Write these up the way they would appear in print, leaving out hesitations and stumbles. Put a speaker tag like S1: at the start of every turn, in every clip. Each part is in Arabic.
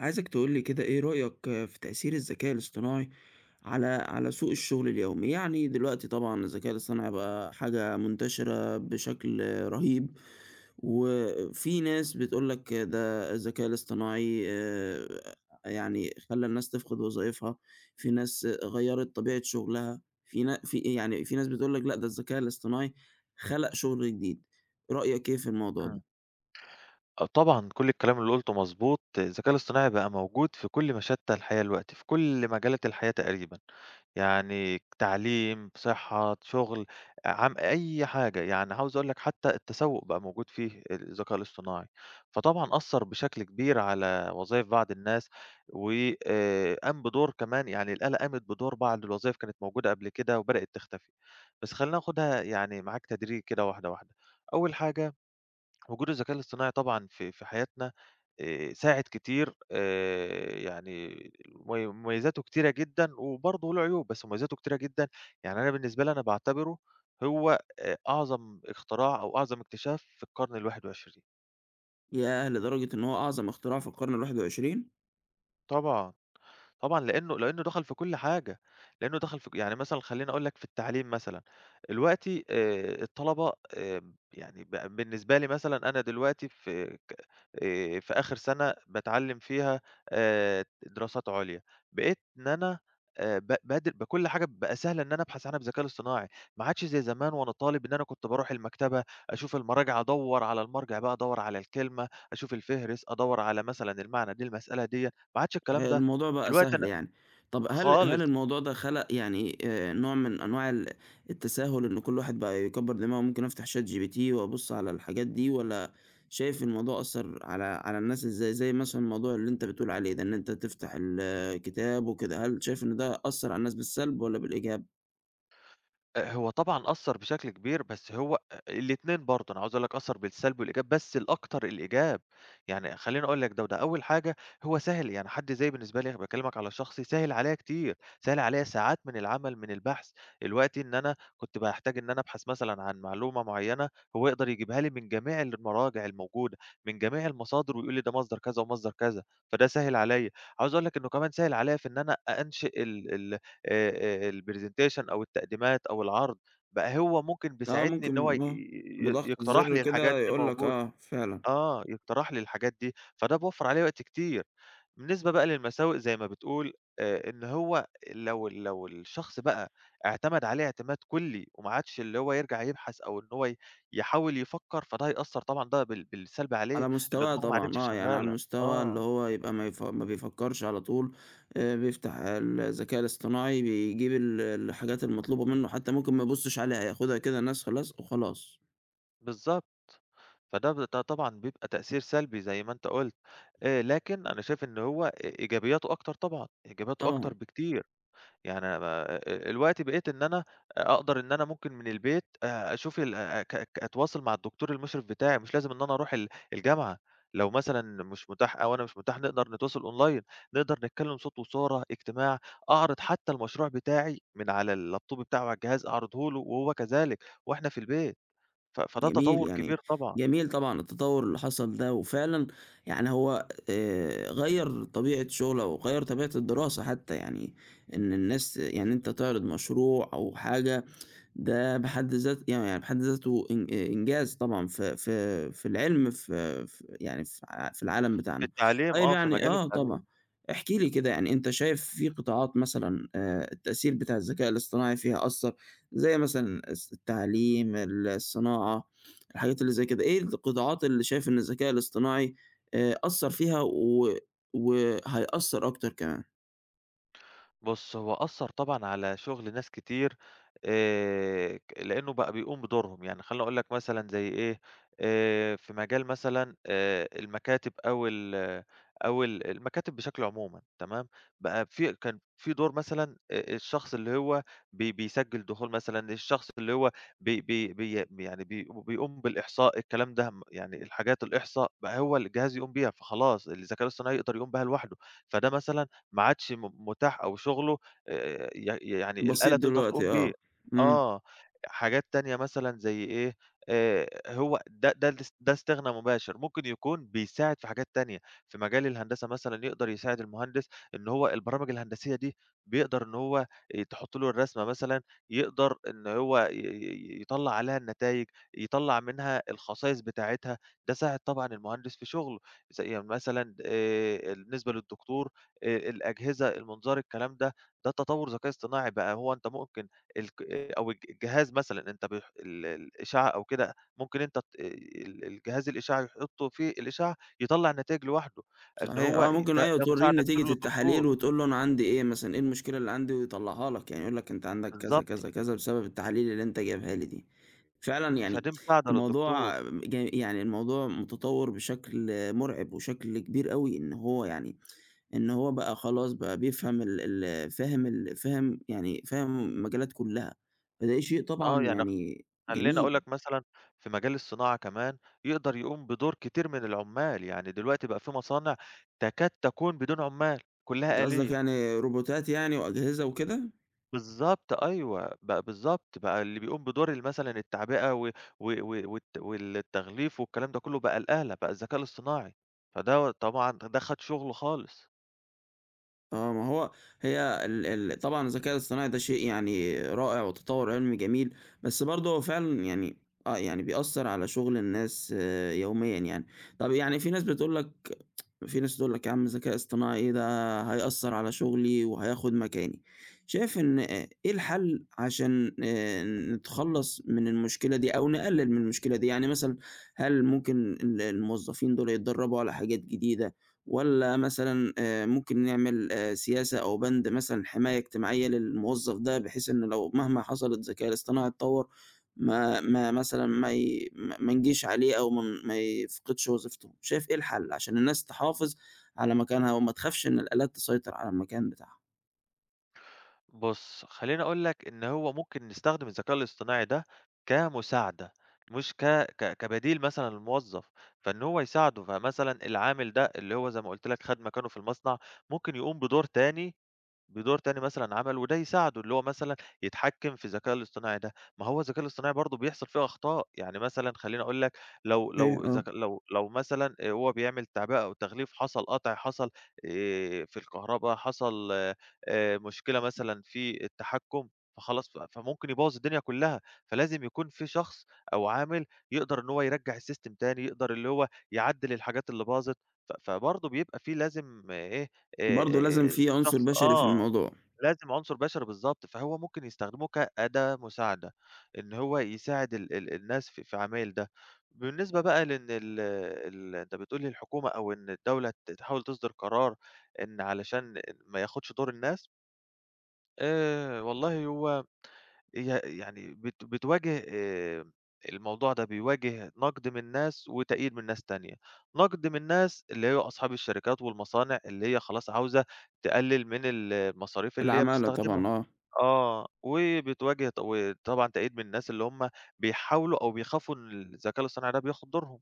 S1: عايزك تقول لي كده إيه رأيك في تأثير الذكاء الاصطناعي على سوق الشغل اليومي؟ يعني دلوقتي طبعًا الذكاء الاصطناعي بقى حاجة منتشرة بشكل رهيب، وفي ناس بتقول لك ده الذكاء الاصطناعي يعني خلّى الناس تفقد وظايفها، في ناس غيّرت طبيعة شغلها، في نا في يعني في ناس بتقول لك لأ ده الذكاء الاصطناعي خلق شغل جديد، رأيك إيه في الموضوع ده؟
S2: إمم. آه طبعًا كل الكلام اللي قُلته مضبوط، الذكاء الاصطناعي بقى موجود في كل مشتّى الحياة دلوقتي، في كل مجالات الحياة تقريبًا، يعني تعليم، صحة، شغل، أي حاجة، يعني عاوز أقول لك حتى التسوق بقى موجود فيه الذكاء الاصطناعي، فطبعًا أثّر بشكل كبير على وظايف بعض الناس، و قام بدور كمان يعني الآلة قامت بدور بعض الوظايف كانت موجودة قبل كده وبدأت تختفي، بس خلّينا ناخدها يعني معاك تدريجي كده واحدة واحدة، أول حاجة وجود الذكاء الاصطناعي طبعًا في حياتنا ساعد كتير يعني مميزاته كتيرة جدًا وبرضه له عيوب، بس مميزاته كتيرة جدًا، يعني أنا بالنسبة لي أنا باعتبره هو أعظم اختراع أو أعظم اكتشاف في القرن ال21.
S1: ياه! لدرجة إن هو أعظم اختراع في القرن ال21؟
S2: طبعًا. طبعًا لإنه دخل في كل حاجة، لإنه دخل في ك يعني مثلًا خلّيني أقول لك في التعليم مثلًا، دلوقتي الطلبة يعني بالنسبة لي مثلًا أنا دلوقتي في آخر سَنة باتعلّم فيها دراسات عُليا، بقيت إن أنا بادر بكل حاجة بقى سهل إن أنا أبحث عنها بالذكاء الاصطناعي، ما عادش زي زمان وأنا طالب إن أنا كنت باروح المكتبة أشوف المراجع أدوّر على المرجع بقى، أدوّر على الكلمة، أشوف الفهرس، أدوّر على مثلًا المعنى للمسألة ديّة، ما عادش الكلام ده،
S1: الموضوع بقى
S2: دلوقتي
S1: سهل
S2: أنا
S1: يعني. طَب هل
S2: خالص،
S1: الموضوع ده خَلَق يعني نوع من أنواع التساهُل إن كل واحد بقى يكبّر دماغه ممكن أفتح ChatGPT وأبُص على الحاجات دي والّا شايف الموضوع أثّر على الناس إزاي؟ زي مثلًا الموضوع اللي أنت بتقول عليه ده، إن أنت تفتح الكتاب وكده، هل شايف إن ده أثّر على الناس بالسلب والّا بالإيجاب؟
S2: هو طبعًا أثّر بشكل كبير، بس هو الاتنين برضه، أنا عاوز أقول لك أثّر بالسلب والإيجاب، بس الأكتر الإيجاب، يعني خلّيني أقول لك ده وده، أول حاجة هو سهِّل يعني حد زيي بالنسبة لي باكلّمك على شخصي، سهِّل عليَّ كتير، سهِّل عليَّ ساعات من العمل، من البحث، الوقت إن أنا كنت باحتاج إن أنا أبحث مثلًا عن معلومة معيّنة، هو يقدر يجيبها لي من جميع المراجع الموجودة، من جميع المصادر ويقول لي ده مصدر كذا ومصدر كذا، فده سهِّل عليَّ، عاوز أقول لك إنه كمان سهِّل عليَّ في إن أنا أنشئ ال ال آآ، الpresentation أو التقديمات أو العرض، بقى هو ممكن
S1: آه
S2: بيساعدني إن هو ي
S1: ممكن آه،
S2: ي
S1: بضغطة
S2: يقترح
S1: زِر
S2: لي
S1: كده
S2: الحاجات دي
S1: يقول لك
S2: موجودة،
S1: آه، فعلًا.
S2: آه، يقترح لي الحاجات دي، فده بيوفّر عليَّ وقت كتير. بالنسبة بقى للمساوئ زي ما بتقول، إن هو لو الشخص بقى اعتمد عليه اعتماد كلّي وما عادش اللي هو يرجع يبحث أو إن هو يحاول يفكّر، فده هيأثّر طبعًا ده بالسلب عليه،
S1: على
S2: إن
S1: مستواه
S2: دماغه ما عادتش
S1: طبعًا آه، يعني على
S2: شغّالة.
S1: المستوى اللي
S2: آه،
S1: هو يبقى ما بيفكّرش على طول، بيفتح الذكاء الاصطناعي بيجيب الحاجات المطلوبة منّه حتى ممكن ما يبُصّش عليها، ياخدها كده نَسخة، لَصق وخلاص.
S2: بالضبط. فده ب ده طبعًا بيبقى تأثير سلبي زي ما أنت قُلت، لكن أنا شايف إن هو إيجابياته أكتر طبعًا، إيجابياته أكتر
S1: طبعًا،
S2: بكتير، يعني أنا ما الوقتي بقيت إن أنا أقدر إن أنا ممكن من البيت أشوف ال أ ك ك أتواصل مع الدكتور المشرف بتاعي، مش لازم إن أنا أروح الجامعة، لو مثلًا مش متاح أو أنا مش متاح نقدر نتواصل أونلاين، نقدر نتكلم صوت وصورة، اجتماع، أعرض حتى المشروع بتاعي من على اللابتوب بتاعه على الجهاز أعرضه له وهو كذلك وإحنا في البيت، فده
S1: جميل
S2: تطور
S1: يعني
S2: كبير طبعًا.
S1: جميل طبعًا التطوّر اللي حصل ده، وفعلًا يعني هو غيّر طبيعة شُغله وغيّر طبيعة الدراسة حتى يعني، إن الناس يعني أنت تعرض مشروع أو حاجة ده بحد ذات يعني يعني بحد ذاته إن إنجاز طبعًا في العلم في العالم
S2: في
S1: بتاعنا.
S2: التعليم
S1: طيب
S2: آه، في
S1: يعني
S2: مجال
S1: آه طبعًا.
S2: التعليم.
S1: احكِ لي كده يعني أنت شايف في قطاعات مثلًا التأثير بتاع الذكاء الاصطناعي فيها أثّر، زي مثلًا التعليم، الصناعة، الحاجات اللي زي كده، إيه القطاعات اللي شايف إن الذكاء الاصطناعي أثّر فيها و وهيأثّر أكتر كمان؟
S2: بُص، هو أثّر طبعًا على شُغل ناس كتير ك لإنه بقى بيقوم بدورهم، يعني خلّيني أقول لك مثلًا زي إيه، في مجال مثلًا المكاتب أو ال أو ال المكاتب بشكل عمومًا تمام، بقى في كان في دور مثلًا الشخص اللي هو بيسجّل دخول مثلًا، الشخص اللي هو بي بي بي يعني بيقوم بالإحصاء الكلام ده يعني الحاجات الإحصاء بقى هو الجهاز يقوم بيها، فخلاص الذكاء الاصطناعي يقدر يقوم بها لوحده، فده مثلًا ما عادش متاح أو شغله ي يعني
S1: بسيط
S2: الآلة تقدر
S1: دلوقتي
S2: تقوم بيه.
S1: آه. إمم.
S2: آه، حاجات تانية مثلًا زي إيه، هو ده استغنى مباشر، ممكن يكون بيساعد في حاجات تانية، في مجال الهندسة مثلًا يقدر يساعد المهندس إن هو البرامج الهندسية دي بيقدر إن هو تحُط له الرسمة مثلًا، يقدر إن هو ي ي يطلّع عليها النتايج، يطلّع منها الخصائص بتاعتها، ده ساعد طبعًا المهندس في شغله، زي مثلًا بالنسبة للدكتور الأجهزة، المنظار، الكلام ده، ده تطوّر ذكاء اصطناعي بقى، هو أنت ممكن الك أو الج الجهاز مثلًا أنت الإشعة أو كده، ممكن أنت ت ال الجهاز الإشعة يحُطّه في الإشعة يطلّع نتايج لوحده، إن
S1: صحيح
S2: هو
S1: آه، ممكن
S2: ده
S1: أيوه
S2: ده
S1: تورّيه
S2: مساعدة كبيرة
S1: نتيجة
S2: للدكتور،
S1: التحاليل وتقول له أنا عندي إيه مثلًا، إيه المشكلة اللي عندي ويطلّعها لك، يعني يقول لك أنت عندك كذا،
S2: بالضبط،
S1: كذا، كذا بسبب التحاليل اللي أنت جايبها لي دي. فعلًا يعني
S2: فدي مساعدة للدكتور،
S1: الموضوع ج يعني الموضوع متطوّر بشكل مرعب وشكل كبير أوي، إن هو يعني إن هو بقى خلاص بقى بيفهم ال ال فاهم ال فاهم يعني فاهم المجالات كلّها، فده شيء طبعًا
S2: آه، يعني
S1: يعني
S2: خلّيني
S1: جميل.
S2: أقول لك مثلًا في مجال الصناعة كمان، يقدر يقوم بدور كتير من العُمّال، يعني دلوقتي بقى في مصانع تكاد تكون بدون عُمّال،
S1: أنت
S2: كلّها
S1: قصدك
S2: آلية.
S1: يعني روبوتات يعني وأجهزة وكده؟
S2: بالضبط أيوه، بقى بالضبط، بقى اللي بيقوم بدور مثلًا التعبئة و و و والت والتغليف والكلام ده كلّه بقى الآلة، بقى الذكاء الاصطناعي، فدوّة طبعًا ده خَد شُغله خالص.
S1: آه، ما هو هي ال ال طبعًا الذكاء الاصطناعي ده شيء يعني رائع وتطوّر علمي جميل، بس برضه هو فعلًا يعني آه، يعني بيأثّر على شُغل الناس آه، يوميًا يعني. طَب يعني في ناس بتقول لك في ناس تقول لك يا عم ذكاء اصطناعي ده هيأثّر على شغلي وهياخد مكاني. شايف إن إيه الحل عشان نتخلّص من المشكلة دي أو نقلّل من المشكلة دي؟ يعني مثلًا هل ممكن الموظفين دول يتدرّبوا على حاجات جديدة والّا مثلًا ممكن نعمل سياسة أو بند مثلًا حماية اجتماعية للموظف ده بحيث إن لو مهما حصل الذكاء الاصطناعي اتطوّر ما نجيش عليه أو ما يفقدش وظيفته، شايف إيه الحل عشان الناس تحافظ على مكانها وما تخافش إن الآلات تسيطر على المكان بتاعها؟
S2: بُص، خلّيني أقول لك إن هو ممكن نستخدم الذكاء الاصطناعي ده كمساعدة، مش ك ك كبديل مثلًا للموظف، فإن هو يساعده، فمثلًا العامل ده اللي هو زي ما قُلت لك خَد مكانه في المصنع، ممكن يقوم بدور تاني مثلًا عمله، وده يساعده اللي هو مثلًا يتحكم في الذكاء الاصطناعي ده، ما هو الذكاء الاصطناعي برضه بيحصل فيه أخطاء، يعني مثلًا خلّيني أقول لك لو
S1: هي
S2: لو
S1: آه،
S2: ذك لو لو مثلًا هو بيعمل تعبئة أو تغليف حصل قطع، حصل في الكهربا، حصل مشكلة مثلًا في التحكم، فخلاص فممكن يبوّظ الدنيا كلّها، فلازم يكون في شخص أو عامل يقدر إن هو يرجّع السيستم تاني، يقدر اللي هو يعدّل الحاجات اللي باظت، فبرضه بيبقى في لازم آه، إيه آآ
S1: برضه لازم
S2: آآ
S1: في عنصر
S2: شخص
S1: بشري في
S2: آه.
S1: الموضوع،
S2: لازم عنصر بشري بالضبط، فهو ممكن يستخدموه كأداة مساعدة، إن هو يساعد ال ال الناس في عمايل ده. بالنسبة بقى لإن ال ال أنت بتقول لي الحكومة أو إن الدولة تحاول تصدر قرار إن علشان ما ياخدش دور الناس، والله هو ي يعني بتواجه الموضوع ده بيواجه نقد من ناس وتأييد من ناس تانية. نقد من ناس اللي هي أصحاب الشركات والمصانع اللي هي خلاص عاوزة تقلل من المصاريف اللي هي
S1: العمالة
S2: بتستخدمها.
S1: طبعًا آه.
S2: آه، وبتواجه وطبعًا تأييد من الناس اللي هم بيحاولوا أو بيخافوا إن الذكاء الاصطناعي ده بياخد دورهم.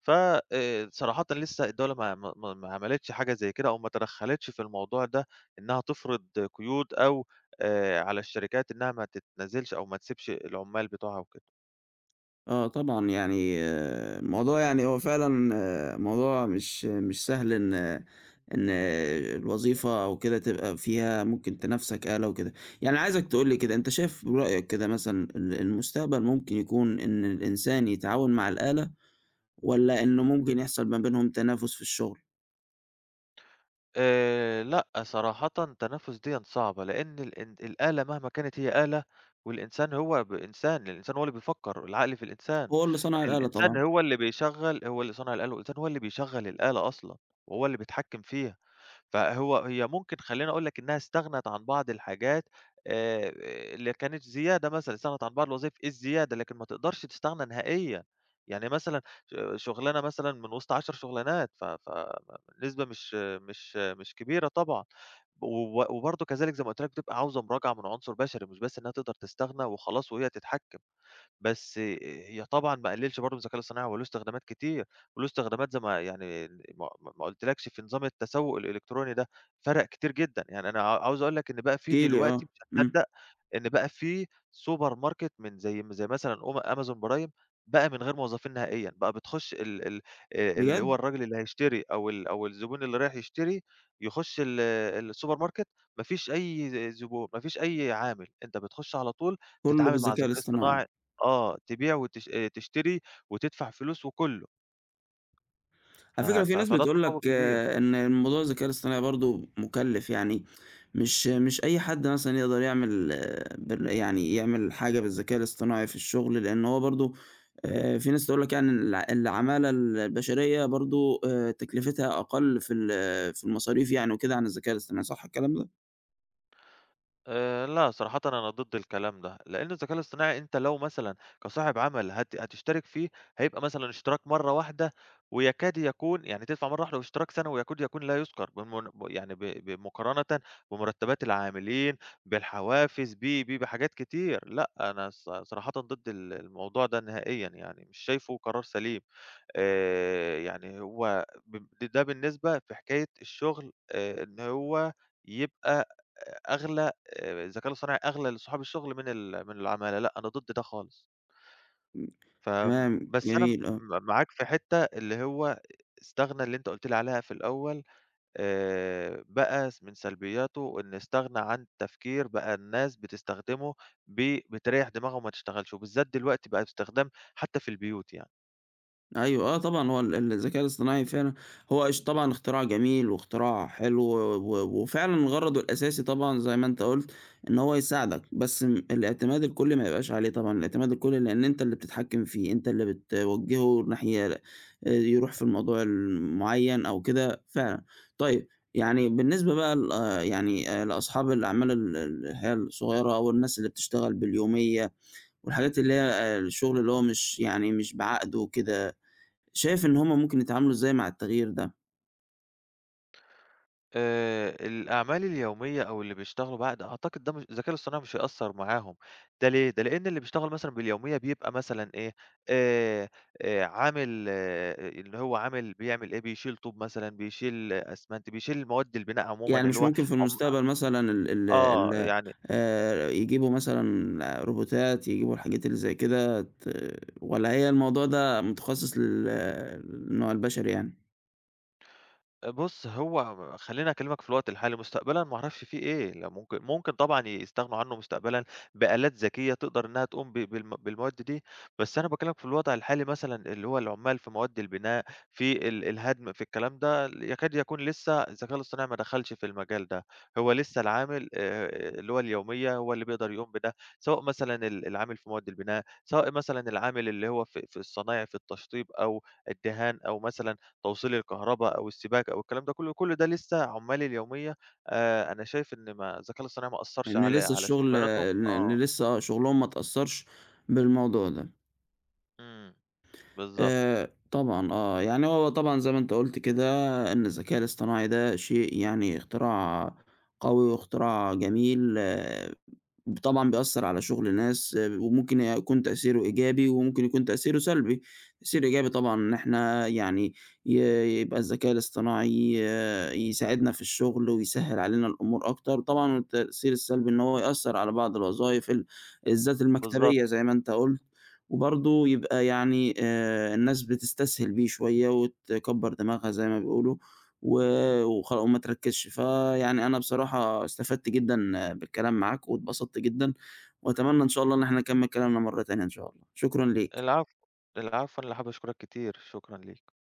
S2: ف صراحةً لسه الدولة ما عملتش حاجة زي كده أو ما تدخّلتش في الموضوع ده، إنها تفرض قيود أو على الشركات إنها ما تتنازلش أو ما تسيبش العُمّال بتوعها وكده.
S1: آه طبعًا، يعني آه، الموضوع يعني هو فعلًا آه، موضوع مش سهل إن إن الوظيفة أو كده تبقى فيها ممكن تنافسك آلة وكده. يعني عايزك تقول لي كده أنت شايف برأيك كده مثلًا المستقبل ممكن يكون إن الإنسان يتعاون مع الآلة والّا إنه ممكن يحصل ما بينهم تنافس في الشغل؟
S2: لأ، صراحةً تنافس ديًا صعبة، لإن ال إن الآلة مهما كانت هي آلة والإنسان هو إنسان، الإنسان هو اللي بيفكّر، العقل في الإنسان،
S1: هو اللي صنع الآلة
S2: الإنسان
S1: طبعًا.
S2: هو اللي صنع الآلة والإنسان هو اللي بيشغّل الآلة أصلًا وهو اللي بيتحكّم فيها. هي ممكن خلّيني أقول لك إنها استغنت عن بعض الحاجات آآ، اللي كانت زيادة مثلًا، استغنت عن بعض الوظايف الزيادة، لكن ما تقدرش تستغنى نهائيًا. يعني مثلًا شغلانة مثلًا من وسط 10 شغلانات، ف ف نسبة مش كبيرة طبعًا. وبرضه كذلك زي ما قُلت لك بتبقى عاوزة مراجعة من عنصر بشري، مش بس إنها تقدر تستغنى وخلاص وهي تتحكم. بس هي طبعًا ما أقللش برضه من الذكاء الاصطناعي، هو له استخدامات كتير، وله استخدامات زي ما يعني ما قُلتلكش في نظام التسوق الإلكتروني ده، فرق كتير جدًا، يعني أنا عاوز أقول لك إن بقى
S1: احكِ
S2: في
S1: لي
S2: دلوقتي
S1: آه. إمم.
S2: مشتتات إن بقى في سوبر ماركت من زي مثلًا أمازون برايم بقى من غير موظفين نهائيًا، بقى بتخش ال ال اللي
S1: بجد؟
S2: هو الراجل اللي هيشتري أو الزبون اللي رايح يشتري يخش السوبر ماركت ما فيش أي زبون، ما فيش أي عامل، أنت بتخش على طول
S1: كُلّه
S2: بتتعامل مع
S1: بالذكاء
S2: ذكاء
S1: الاصطناعي.
S2: اصطناعي آه، تبيع وتش تشتري وتدفع فلوس وكُلّه، ف
S1: على فكرة في
S2: ف
S1: ناس
S2: فده
S1: بتقول لك
S2: تطوّر كبير.
S1: إن الموضوع الذكاء الاصطناعي برضه مُكلِّف، يعني مش أي حد مثلًا يقدر يعمل آه، بال يعني يعمل حاجة بالذكاء الاصطناعي في الشغل، لإن هو برضه في ناس تقول لك يعني العمالة البشرية برضه تكلفتها أقل في المصاريف يعني وكده عن الذكاء الاصطناعي، صح الكلام ده؟
S2: لأ، صراحةً أنا ضد الكلام ده، لإن الذكاء الاصطناعي أنت لو مثلًا كصاحب عمل هتشترك فيه، هيبقى مثلًا اشتراك مرّة واحدة ويكاد يكون يعني تدفع مرّة واحدة واشتراك سنوي ويكاد يكون لا يُذكر يعني بمقارنة بمرتبات العاملين، بالحوافز، ب، ب، بحاجات كتير. لأ، أنا صراحةً ضد الموضوع ده نهائيًا يعني، مش شايفه قرار سليم. يعني هو ده بالنسبة في حكاية الشغل إن هو يبقى أغلى الذكاء الاصطناعي أغلى لصُحاب الشغل من العمالة، لأ أنا ضد ده خالص.
S1: تمام،
S2: بس أنا
S1: جميل، آه.
S2: معاك في حتّة اللي هو استغنى اللي أنت قُلت لي عليها في الأول بقى من سلبياته إن استغنى عن التفكير، بقى الناس بتستخدمه بتريّح دماغها وما تشتغلش، وبالذات دلوقتي بقى باستخدام حتّى في البيوت يعني.
S1: أيوه، آه طبعًا هو الذكاء الاصطناعي فعلًا هو اش طبعًا اختراع جميل واختراع حلو وفعلًا غرضه الأساسي طبعًا زي ما أنت قُلت إن هو يساعدك، بس الاعتماد الكلّي ما يبقاش عليه طبعًا، الاعتماد الكلّي لإن أنت اللي بتتحكّم فيه، أنت اللي بتوجّهه ناحية يروح في الموضوع المعيّن أو كده فعلًا. طيب، يعني بالنسبة بقى ل يعني لأصحاب الأعمال اللي هي الصغيّرة أو الناس اللي بتشتغل باليومية والحاجات اللي هي الشغل اللي هو مش يعني مش بعقد وكده شايف إن هم ممكن يتعاملوا إزاي مع التغيير ده؟
S2: الأعمال اليومية أو اللي بيشتغلوا بعد أعتقد ده مش الذكاء الاصطناعي مش هيأثّر معاهم، ده ليه؟ ده لإن اللي بيشتغل مثلًا باليومية بيبقى مثلًا إيه، آآ عامل اللي هو عامل بيعمل إيه، بيشيل طوب مثلًا، بيشيل أسمنت، بيشيل مواد البناء عمومًا
S1: يعني
S2: اللي
S1: مش
S2: هو
S1: ممكن في
S2: عم
S1: المستقبل مثلًا ال ال
S2: آه.
S1: ال
S2: يعني
S1: يجيبوا مثلًا روبوتات، يجيبوا الحاجات اللي زي كده والّا هي الموضوع ده متخصص للنوع البشري يعني؟
S2: بُص، هو خلّيني أكلمك في الوقت الحالي، مستقبلًا ما أعرفش في إيه، لا ممكن طبعًا يستغنوا عنه مستقبلًا بآلات ذكية تقدر إنها تقوم ب بالم بالمواد دي، بس أنا باكلمك في الوضع الحالي مثلًا اللي هو العمال في مواد البناء، في الهدم، في الكلام ده، يكاد يكون لسه الذكاء الاصطناعي ما دخلش في المجال ده، هو لسه العامل اللي هو اليومية هو اللي بيقدر يقوم بده، سواء مثلًا العامل في مواد البناء، سواء مثلًا العامل اللي هو في الصنايع، في التشطيب أو الدهان أو مثلًا توصيل الكهربا أو السباكة أو الكلام ده كلّه، كل ده لسه عُمّال اليومية أنا شايف إن ما الذكاء الاصطناعي ما أثّرش
S1: إن
S2: على
S1: لسه
S2: على
S1: الشغل
S2: شُغلانتهم
S1: إن إن
S2: آه.
S1: لسه آه، شغلهم ما اتأثّرش بالموضوع ده.
S2: إمم. بالضبط،
S1: طبعًا آه، يعني هو طبعًا زي ما أنت قُلت كده إن الذكاء الاصطناعي ده شيء يعني اختراع قوي واختراع جميل طبعًا بيأثّر على شغل ناس، آه، وممكن يكون تأثيره إيجابي وممكن يكون تأثيره سلبي، تأثير إيجابي طبعًا إن إحنا يعني ي يبقى الذكاء الاصطناعي آه، يساعدنا في الشغل ويسهّل علينا الأمور أكتر، طبعًا التأثير السلبي إن هو يأثّر على بعض الوظايف الذات
S2: بالضبط.
S1: المكتبية زي ما أنت قُلت، وبرضه يبقى يعني الناس بتستسهل بيه شوية وتكبّر دماغها زي ما بيقولوا، و وخلا وما تركّزش. فيعني أنا بصراحة استفدت جدًا بالكلام معاك واتبسطت جدًا، وأتمنى إن شاء الله إن إحنا نكمّل كلامنا مرّة تانية إن شاء الله. شكرًا ليك.
S2: العفو، العفو أنا اللي حابب أشكرك كتير، شكرًا ليك.